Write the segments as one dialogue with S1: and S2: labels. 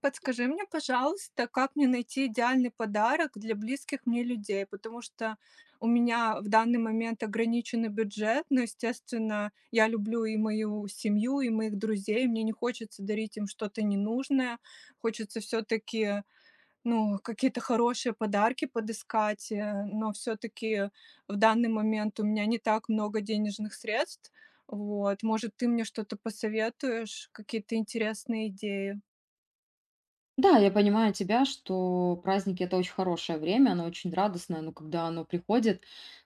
S1: Подскажи мне, пожалуйста, как мне найти идеальный подарок для близких мне людей, потому что у меня в данный момент ограниченный бюджет, но, естественно, я люблю и мою семью, и моих друзей, мне не хочется дарить им что-то ненужное, хочется все-таки, ну, какие-то хорошие подарки подыскать, но все-таки в данный момент у меня не так много денежных средств, вот, может, ты мне что-то посоветуешь, какие-то интересные идеи,
S2: Да, я понимаю тебя, что праздники- это очень хорошее время, оно очень радостное, но когда оно приходит,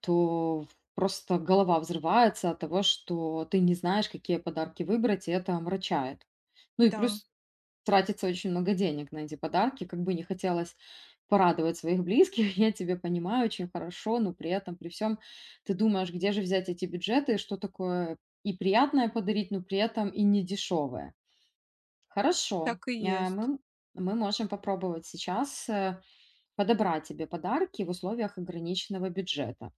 S2: то просто голова взрывается от того, что ты не знаешь, какие подарки выбрать, и это омрачает. Ну и
S1: да.
S2: плюс тратится очень много денег на эти подарки, как бы не хотелось порадовать своих близких, я тебя понимаю очень хорошо, но при этом, при всем ты думаешь, где же взять эти бюджеты, что такое и приятное подарить, но при этом и недешевое. Хорошо,
S1: Так и есть.
S2: мы, мы можем попробовать сейчас подобрать тебе подарки в условиях ограниченного бюджета.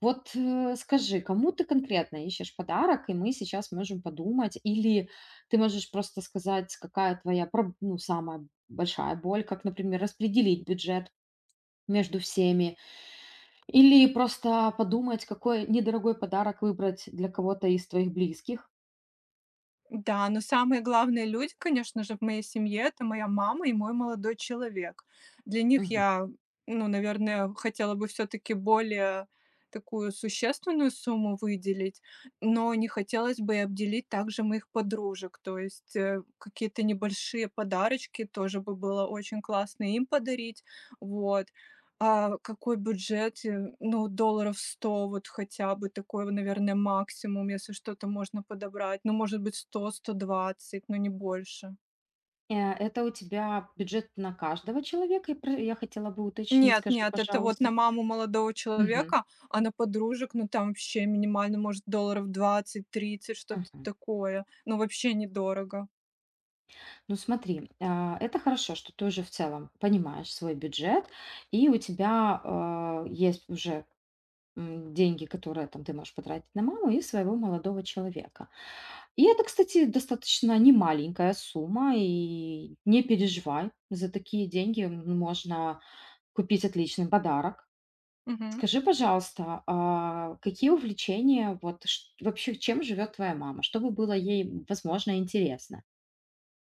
S2: Вот скажи, кому ты конкретно ищешь подарок, и мы сейчас можем подумать, или ты можешь просто сказать, какая твоя, ну, самая большая боль, как, например, распределить бюджет между всеми, или просто подумать, какой недорогой подарок выбрать для кого-то из твоих близких.
S1: Да, но самые главные люди, конечно же, в моей семье — это моя мама и мой молодой человек. Для них я, ну, наверное, хотела бы все таки более такую существенную сумму выделить, но не хотелось бы и обделить также моих подружек. То есть, какие-то небольшие подарочки тоже бы было очень классно им подарить. Вот. А какой бюджет? Ну, долларов 100, вот хотя бы, такой, наверное, максимум, если что-то можно подобрать. Ну, может быть, 100, 120, но не больше.
S2: Это у тебя бюджет на каждого человека? И про я хотела бы уточнить,
S1: Нет
S2: скажи,
S1: нет, это вот
S2: пожалуйста.
S1: на маму молодого
S2: Мгм,
S1: человека, а на подружек, ну, там вообще минимально, может, долларов двадцать, тридцать что-то
S2: мгм.
S1: такое. Ну, вообще недорого.
S2: Ну смотри, это хорошо, что ты уже в целом понимаешь свой бюджет, и у тебя, есть уже, деньги, которые там ты можешь потратить на маму и своего молодого человека. И это, кстати, достаточно немаленькая сумма, и не переживай, за такие деньги можно купить отличный подарок.
S1: Мгм.
S2: Скажи, пожалуйста, какие увлечения, вот вообще чем живет твоя мама? Что бы было ей, возможно, интересно?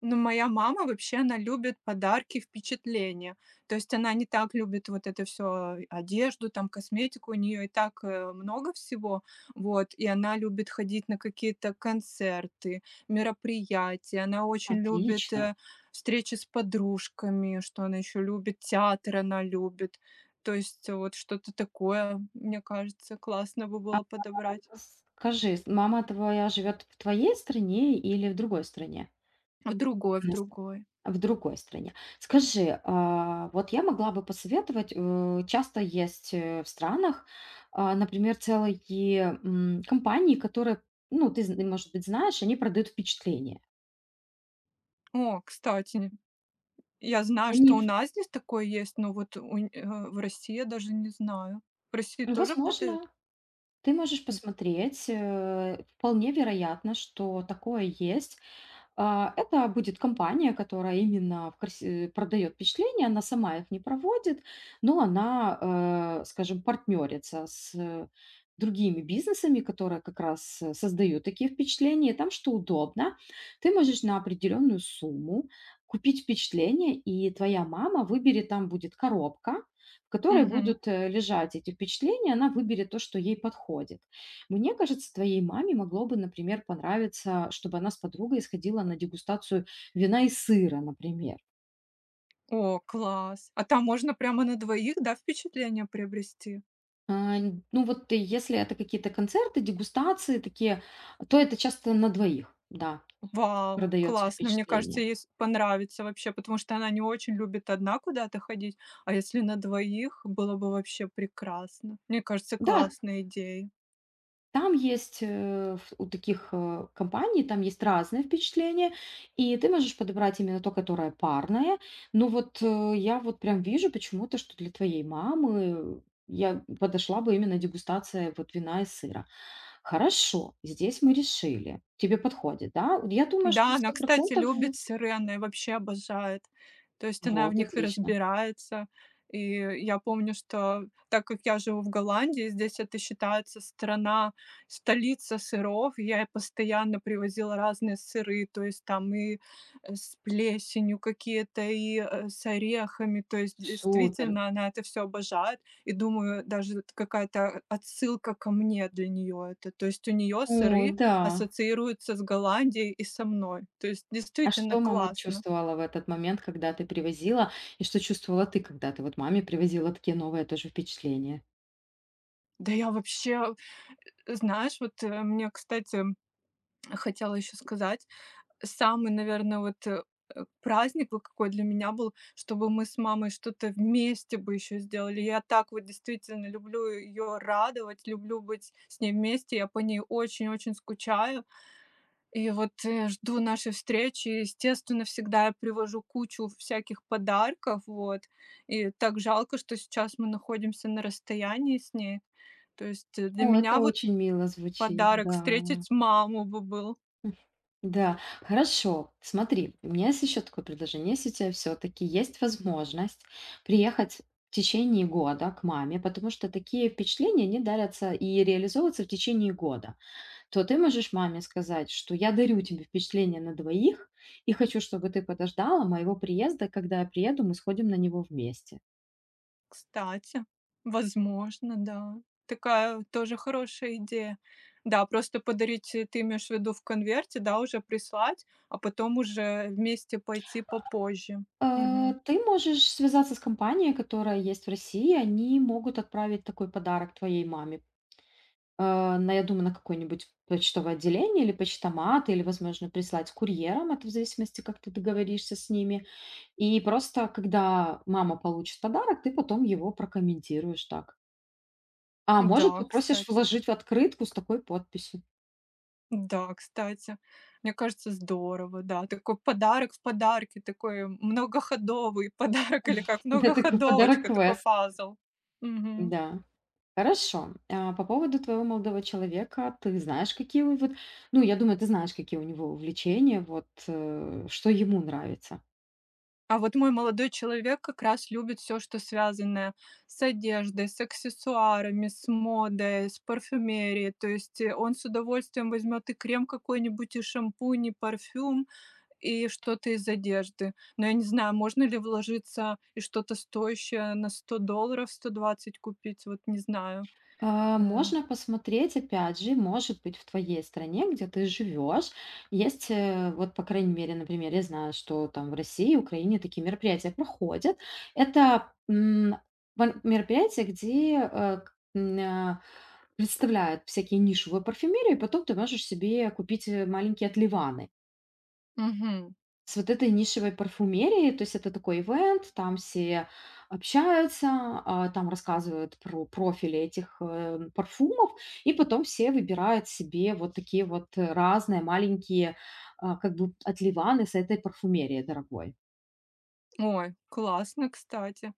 S1: Ну, моя мама вообще, она любит подарки, впечатления. То есть она не так любит вот это все одежду, там, косметику. У нее и так, много всего. Вот, и она любит ходить на какие-то концерты, мероприятия. Она очень любит,
S2: Отлично.
S1: встречи с подружками, что она еще любит, театр она любит. То есть вот что-то такое, мне кажется, классно бы было подобрать.
S2: Скажи, мама твоя живет в твоей стране или в другой стране?
S1: В другой, в
S2: Она с-
S1: другой.
S2: В другой стране. Скажи, вот я могла бы посоветовать, часто есть в странах, например, целые компании, которые, ну, ты, может быть, знаешь, они продают впечатление.
S1: О, кстати, я знаю, что у
S2: Они,
S1: нас здесь такое есть, но вот в России я даже не знаю. В России тоже продают?
S2: возможно, ты можешь посмотреть, вполне вероятно, что такое есть. Это будет компания, которая именно продает впечатления, она сама их не проводит, но она, скажем, партнерится с другими бизнесами, которые как раз создают такие впечатления. И там что удобно, ты можешь на определенную сумму купить впечатление, и твоя мама выберет, там будет коробка, в которой
S1: Мгм.
S2: будут лежать эти впечатления, она выберет то, что ей подходит. Мне кажется, твоей маме могло бы, например, понравиться, чтобы она с подругой сходила на дегустацию вина и сыра, например.
S1: О, класс! А там можно прямо на двоих, да, впечатление приобрести?
S2: Ну вот если это какие-то концерты, дегустации такие, то это часто на двоих, да,
S1: Вау,
S2: продается
S1: классно! Мне кажется,
S2: впечатление.
S1: ей с понравится вообще, потому что она не очень любит одна куда-то ходить, а если на двоих, было бы вообще прекрасно. Мне кажется,
S2: Да,
S1: классная идея.
S2: там есть, э, ф у таких, компаний, там есть разные впечатления, и ты можешь подобрать именно то, которое парное. Но вот, я вот прям вижу почему-то, что для твоей мамы я подошла бы именно дегустация вот вина и сыра. Хорошо, здесь мы решили. Тебе подходит, да? Вот я думаю, что
S1: Да, она,
S2: 100
S1: кстати,
S2: процентов.
S1: любит сирены и вообще обожает. То есть она в
S2: Вот
S1: них и
S2: отлично.
S1: разбирается. И я помню, что так как я живу в Голландии, здесь это считается страна, столица сыров. Я ей постоянно привозила разные сыры, то есть там и с плесенью какие-то, и с орехами. То есть
S2: Супер.
S1: действительно она это все обожает. И думаю, даже это какая-то отсылка ко мне для нее это. То есть у нее
S2: Ой,
S1: сыры
S2: да.
S1: ассоциируется с Голландией и со мной. То есть
S2: А
S1: действительно
S2: что мама
S1: классно.
S2: чувствовала в этот момент, когда ты привозила? И что чувствовала ты, когда ты вот маме привозила такие новые тоже впечатления?
S1: Да я вообще, знаешь, вот, мне, кстати, хотела еще сказать, самый, наверное, вот, праздник вот какой для меня был, чтобы мы с мамой что-то вместе бы еще сделали. Я так вот действительно люблю ее радовать, люблю быть с ней вместе. Я по ней очень-очень скучаю. И вот, жду нашей встречи. Естественно, всегда я привожу кучу всяких подарков, вот. И так жалко, что сейчас мы находимся на расстоянии с ней. То есть, для
S2: О, это
S1: меня вот
S2: очень мило звучит,
S1: подарок
S2: да.
S1: встретить маму бы был,
S2: Да, хорошо. Смотри, у меня есть еще такое предложение. Если у тебя все-таки есть возможность приехать в течение года к маме, потому что такие впечатления не дарятся и реализовываются в течение года, то ты можешь маме сказать, что я дарю тебе впечатление на двоих и хочу, чтобы ты подождала моего приезда. Когда я приеду, мы сходим на него вместе.
S1: кстати. Возможно, да. Такая тоже хорошая идея. Да, просто подарить, ты имеешь в виду в конверте, да, уже прислать, а потом уже вместе пойти попозже. Мгм.
S2: Ты можешь связаться с компанией, которая есть в России. Они могут отправить такой подарок твоей маме. Я думаю, на какое-нибудь почтовое отделение или почтомат, или, возможно, прислать с курьером, это в зависимости, как ты договоришься с ними. И просто, когда мама получит подарок, ты потом его прокомментируешь так. А может,
S1: Да,
S2: попросишь
S1: кстати.
S2: вложить в открытку с такой подписью.
S1: Да, кстати, мне кажется, здорово, да. Такой подарок в подарке, такой многоходовый подарок или как
S2: Это такой
S1: многоходовочка, такой
S2: подарок-квест.
S1: пазл. Мгм.
S2: Да. Хорошо. А по поводу твоего молодого человека, ты знаешь, ну, я думаю, ты знаешь, какие у него увлечения, вот, что ему нравится?
S1: А вот мой молодой человек как раз любит все, что связанное с одеждой, с аксессуарами, с модой, с парфюмерией. То есть, он с удовольствием возьмет и крем какой-нибудь, и шампунь, и парфюм. И что-то из одежды. Но я не знаю, можно ли вложиться и что-то стоящее на $100, 120 купить, вот не знаю. Э,
S2: Можно посмотреть, опять же, может быть, в твоей стране, где ты живешь, есть, вот, по крайней мере, например, я знаю, что там в России и Украине такие мероприятия проходят. Это мероприятия, где представляют всякие нишевые парфюмерии, и потом ты можешь себе купить маленькие отливаны.
S1: Мгм.
S2: С вот этой нишевой парфюмерией, то есть это такой ивент, там все общаются, там рассказывают про профили этих, парфумов, и потом все выбирают себе вот такие вот, разные маленькие, как бы отливаны с этой парфюмерии дорогой.
S1: Ой, классно, кстати.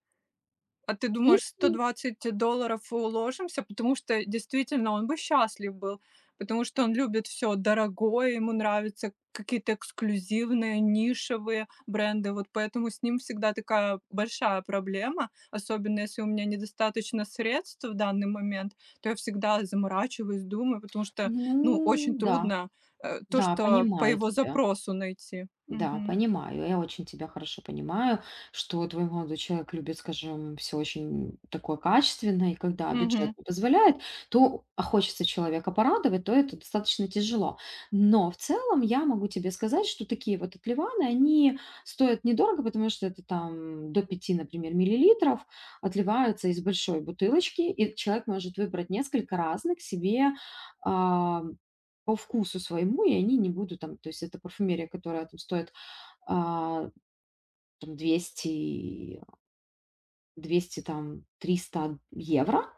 S1: А ты
S2: И
S1: думаешь, $120 уложимся? Потому что действительно он бы счастлив был, потому что он любит все дорогое, ему нравятся какие-то эксклюзивные, нишевые бренды. Вот поэтому с ним всегда такая большая проблема, особенно если у меня недостаточно средств в данный момент, то я всегда заморачиваюсь, думаю, потому что, ну, очень
S2: ну да,
S1: трудно, то,
S2: да,
S1: что по
S2: понимаю
S1: его
S2: тебя.
S1: запросу найти.
S2: Да,
S1: Мгм.
S2: понимаю. Я очень тебя хорошо понимаю, что твой молодой человек любит, скажем, все очень такое качественное, и когда бюджет
S1: Мгм.
S2: не позволяет, то хочется человека порадовать, то это достаточно тяжело. Но в целом я могу тебе сказать, что такие вот отливаны, они стоят недорого, потому что это там до 5, например, миллилитров, отливаются из большой бутылочки, и человек может выбрать несколько разных себе а, по вкусу своему, и они не будут там, то есть это парфюмерия, которая там стоит а, там 200, 200 там 300 евро,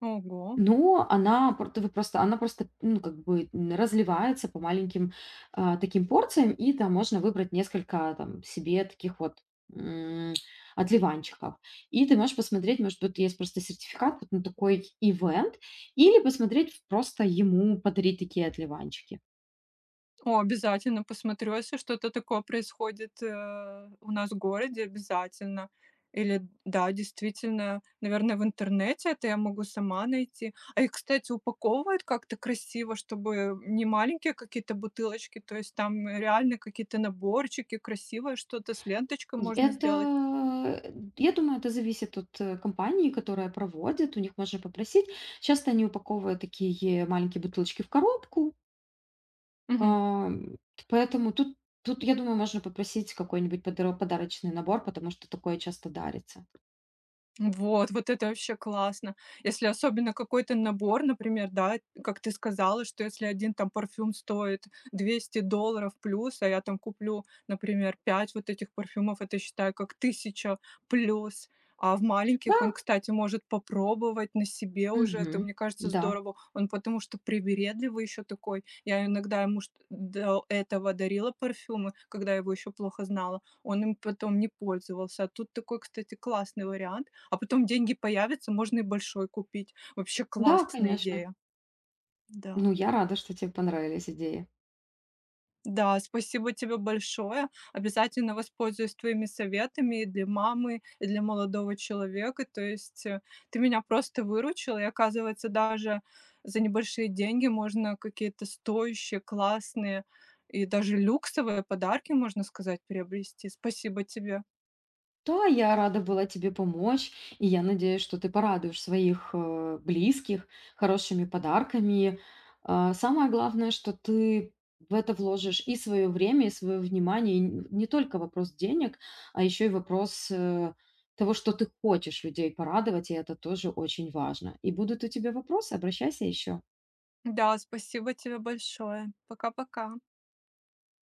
S1: Ого.
S2: но она она просто, ну, как бы разливается по маленьким таким порциям, и там можно выбрать несколько там себе таких вот м, отливанчиков. И ты можешь посмотреть, может, тут есть просто сертификат вот на такой ивент, или посмотреть просто ему подарить такие отливанчики.
S1: О, обязательно посмотрю, если что-то такое происходит, у нас в городе, обязательно. Или да, действительно, наверное, в интернете это я могу сама найти. А их, кстати, упаковывают как-то красиво, чтобы не маленькие какие-то бутылочки, то есть там реально какие-то наборчики, красивое что-то с ленточкой
S2: И
S1: можно сделать.
S2: это, я думаю, это зависит от, компании, которая проводит. У них можно попросить. Часто они упаковывают такие маленькие бутылочки в коробку,
S1: Мгм.
S2: ам, поэтому тут я думаю, можно попросить какой-нибудь подро подарочный набор, потому что такое часто дарится.
S1: Вот, вот это вообще классно. Если особенно какой-то набор, например, да, как ты сказала, что если один там парфюм стоит $200 плюс, а я там куплю, например, 5 вот этих парфюмов, это считай как тысяча плюс. А в
S2: Да,
S1: маленьких он, кстати, может попробовать на себе уже. Это,
S2: мгм,
S1: мне кажется,
S2: да.
S1: здорово. Он потому что привередливый еще такой. Я иногда ему чт до этого дарила парфюмы, когда я его еще плохо знала, он им потом не пользовался. А тут такой, кстати, классный вариант. А потом деньги появятся, можно и большой купить. Вообще
S2: Да,
S1: классная
S2: конечно.
S1: идея. Да.
S2: Ну, я рада, что тебе понравились идеи.
S1: Да, спасибо тебе большое. Обязательно воспользуюсь твоими советами и для мамы, и для молодого человека. То есть ты меня просто выручила, и оказывается, даже за небольшие деньги можно какие-то стоящие, классные и даже люксовые подарки, можно сказать, приобрести. Спасибо тебе.
S2: Да, я рада была тебе помочь, и я надеюсь, что ты порадуешь своих близких хорошими подарками. Самое главное, что ты в это вложишь и свое время, и свое внимание, и не только вопрос денег, а еще и вопрос того, что ты хочешь людей порадовать, и это тоже очень важно. И будут у тебя вопросы, обращайся еще.
S1: Да, спасибо тебе большое. Пока-пока.